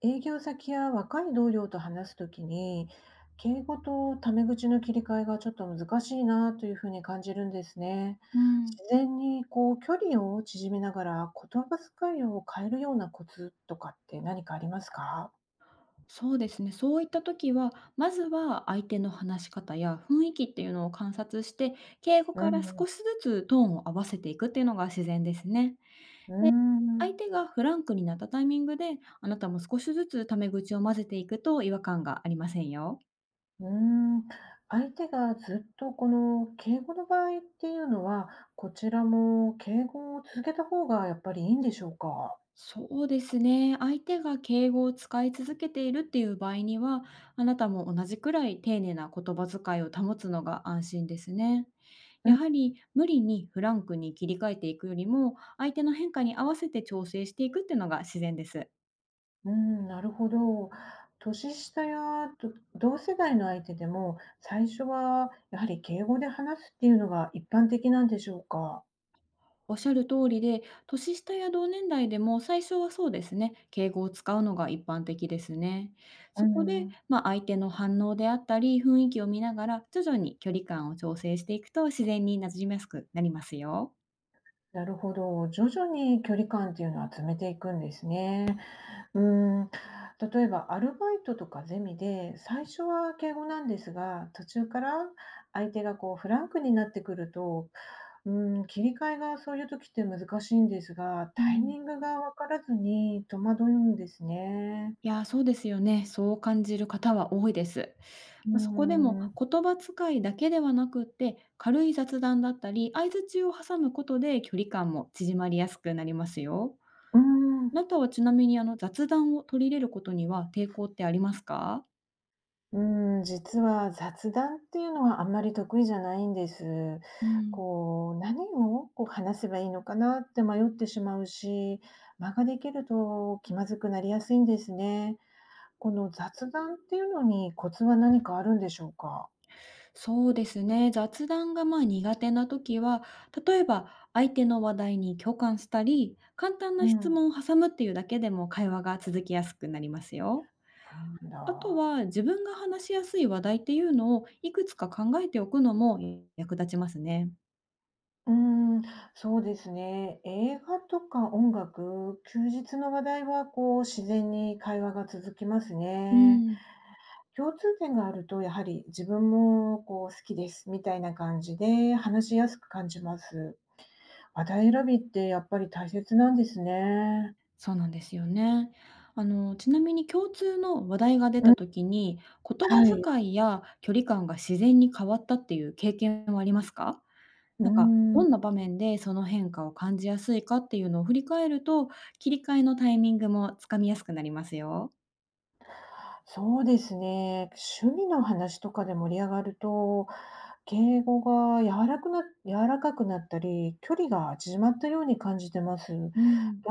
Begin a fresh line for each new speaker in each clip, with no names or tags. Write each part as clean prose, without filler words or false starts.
営業先や若い同僚と話すときに、敬語とタメ口の切り替えがちょっと難しいなというふうに感じるんですね。
うん、
自然にこう距離を縮めながら言葉遣いを変えるようなコツとかって何かありますか？
そうですね。そういった時は、まずは相手の話し方や雰囲気っていうのを観察して、敬語
う
から
ん、
少しずつトーンを合わせていくっていうのが自然ですね。
うー
で、相
ん、
手がフランクになったタイミングで、あなたも少しずつタメ口を混ぜていくと違和感がありませんよ。
うん、相手がずっとこの敬語の場合っていうのは、こちらも敬語を続けた方がやっぱりいいんでしょうか。
そうですね。相手が敬語を使い続けているっていう場合には、あなたも同じくらい丁寧な言葉遣いを保つのが安心ですね。やはり無理にフランクに切り替えていくよりも、相手の変化に合わせて調整していくっていうのが自然です。
うん、なるほど。年下やと同世代の相手でも、最初はやはり敬語で話すっていうのが一般的なんでしょうか？
おっしゃる通りで、年下や同年代でも最初はそうですね、敬語を使うのが一般的ですね。
う
そこで、
ん。
まあ、相手の反応であったり、雰囲気を見ながら、徐々に距離感を調整していくと自然に馴染みやすくなりますよ。
なるほど。徐々に距離感っていうのは詰めていくんですね。うん、例えばアルバイトとかゼミで、最初は敬語なんですが、途中から相手がこうフランクになってくると、うん、切り替えがそういう時って難しいんですが、
う
タイ
ん、
ミングが分からずに戸惑うんですね。
いやー、そうですよね。そう感じる方は多いです。
う
まあそこでも
ーん。
言葉遣いだけではなくって、軽い雑談だったり、相槌を挟むことで距離感も縮まりやすくなりますよ。
うー
あ
ん、
なたはちなみに、雑談を取り入れることには抵抗ってありますか？
う実は雑談っていうのはあんまり得意じゃないんです。
うん。
こう、何をこう話せばいいのかなって迷ってしまうし、間ができると気まずくなりやすいんですね。この雑談っていうのにコツは何かあるんでしょうか？
そうですね、雑談が、ま、苦手な時は、例えば相手の話題に共感したり、簡単な
う
質
ん。
問を挟むっていうだけでも会話が続きやすくなりますよ。
そうなん
あと
だ。
は自分が話しやすい話題っていうのをいくつか考えておくのも役立ちますね。
うーん、そうですね。映画とか音楽、休日の話題はこう自然に会話が続きます
う
ね。
ん。
共通点があるとやはり自分もこう好きですみたいな感じで話しやすく感じます。話題選びってやっぱり大切なんですね。
そうなんですよね。ちなみに共通の話題が出
う
た
ん、
時に、言葉
はい。
遣いや距離感が自然に変わったっていう経験はありますか？
うー
なんか、どんな
ん。
場面でその変化を感じやすいかっていうのを振り返ると、切り替えのタイミングもつかみやすくなりますよ。
そうですね。趣味の話とかで盛り上がると、敬語が柔らくな柔らかくなったり、距離が縮まったように感じてます。
うん。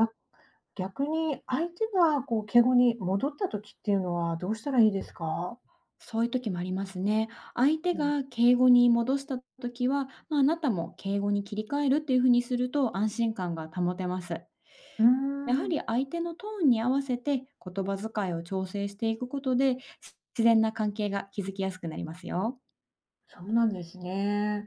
逆に相手がこう敬語に戻った時っていうのはどうしたらいいですか？
そういう時もありますね。相手
うん。
が敬語に戻した時は、まあ、あなたも敬語に切り替えるっていう風にすると安心感が保てます。
うー
やは
ん、
り相手のトーンに合わせて言葉遣いを調整していくことで、自然な関係が築きやすくなりますよ。
そうなんですね。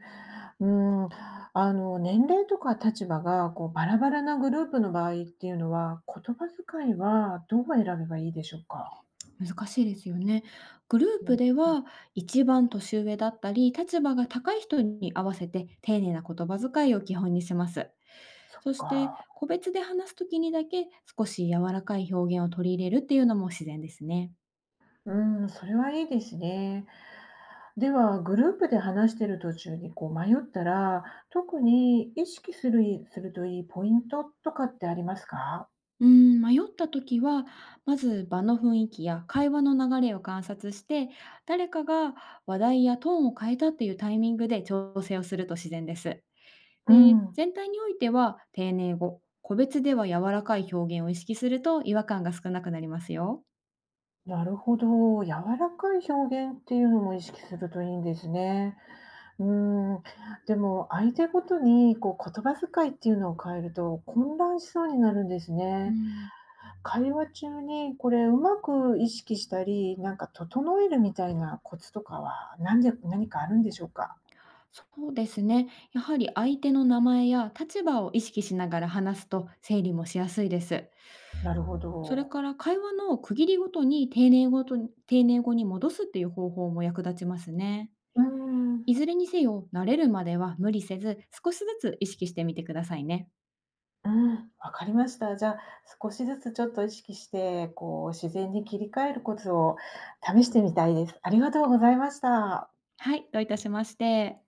うん、あの、年齢とか立場がこうバラバラなグループの場合っていうのは、言葉遣いはどう選べばいいでしょうか？
難しいですよね。グルー
う
プ
ん、
では一番年上だったり、立場が高い人に合わせて丁寧な言葉遣いを基本にします。
そっ
そして
か。
個別で話す時にだけ少し柔らかい表現を取り入れるっていうのも自然ですね。
うん、それはいいですね。では、グループで話している途中にこう迷ったら、特に意識するいするといいポイントとかってありますか？
うん、迷った時は、まず場の雰囲気や会話の流れを観察して、誰かが話題やトーンを変えたっていうタイミングで調整をすると自然です。
う
で、
ん、
全体においては丁寧語、個別では柔らかい表現を意識すると違和感が少なくなりますよ。
なるほど。柔らかい表現っていうのも意識するといいんですね。うん。でも、相手ごとにこう言葉遣いっていうのを変えると混乱しそうになるんです
う
ね。
ん、
会話中にこれうまく意識したり、なんか整えるみたいなコツとかは、なんで何かあるんでしょうか？
そうですね。やはり相手の名前や立場を意識しながら話すと整理もしやすいです。
なるほ
それ
ど。
から会話の区切りごとに丁寧語に戻すっていう方法も役立ちますね。
うーん、
いずれにせよ、慣れるまでは無理せず、少しずつ意識してみてくださいね。
うん、わかりました。じゃあ、少しずつちょっと意識して、こう自然に切り替えるコツを試してみたいです。ありがとうございました。
はい、どういたしまして。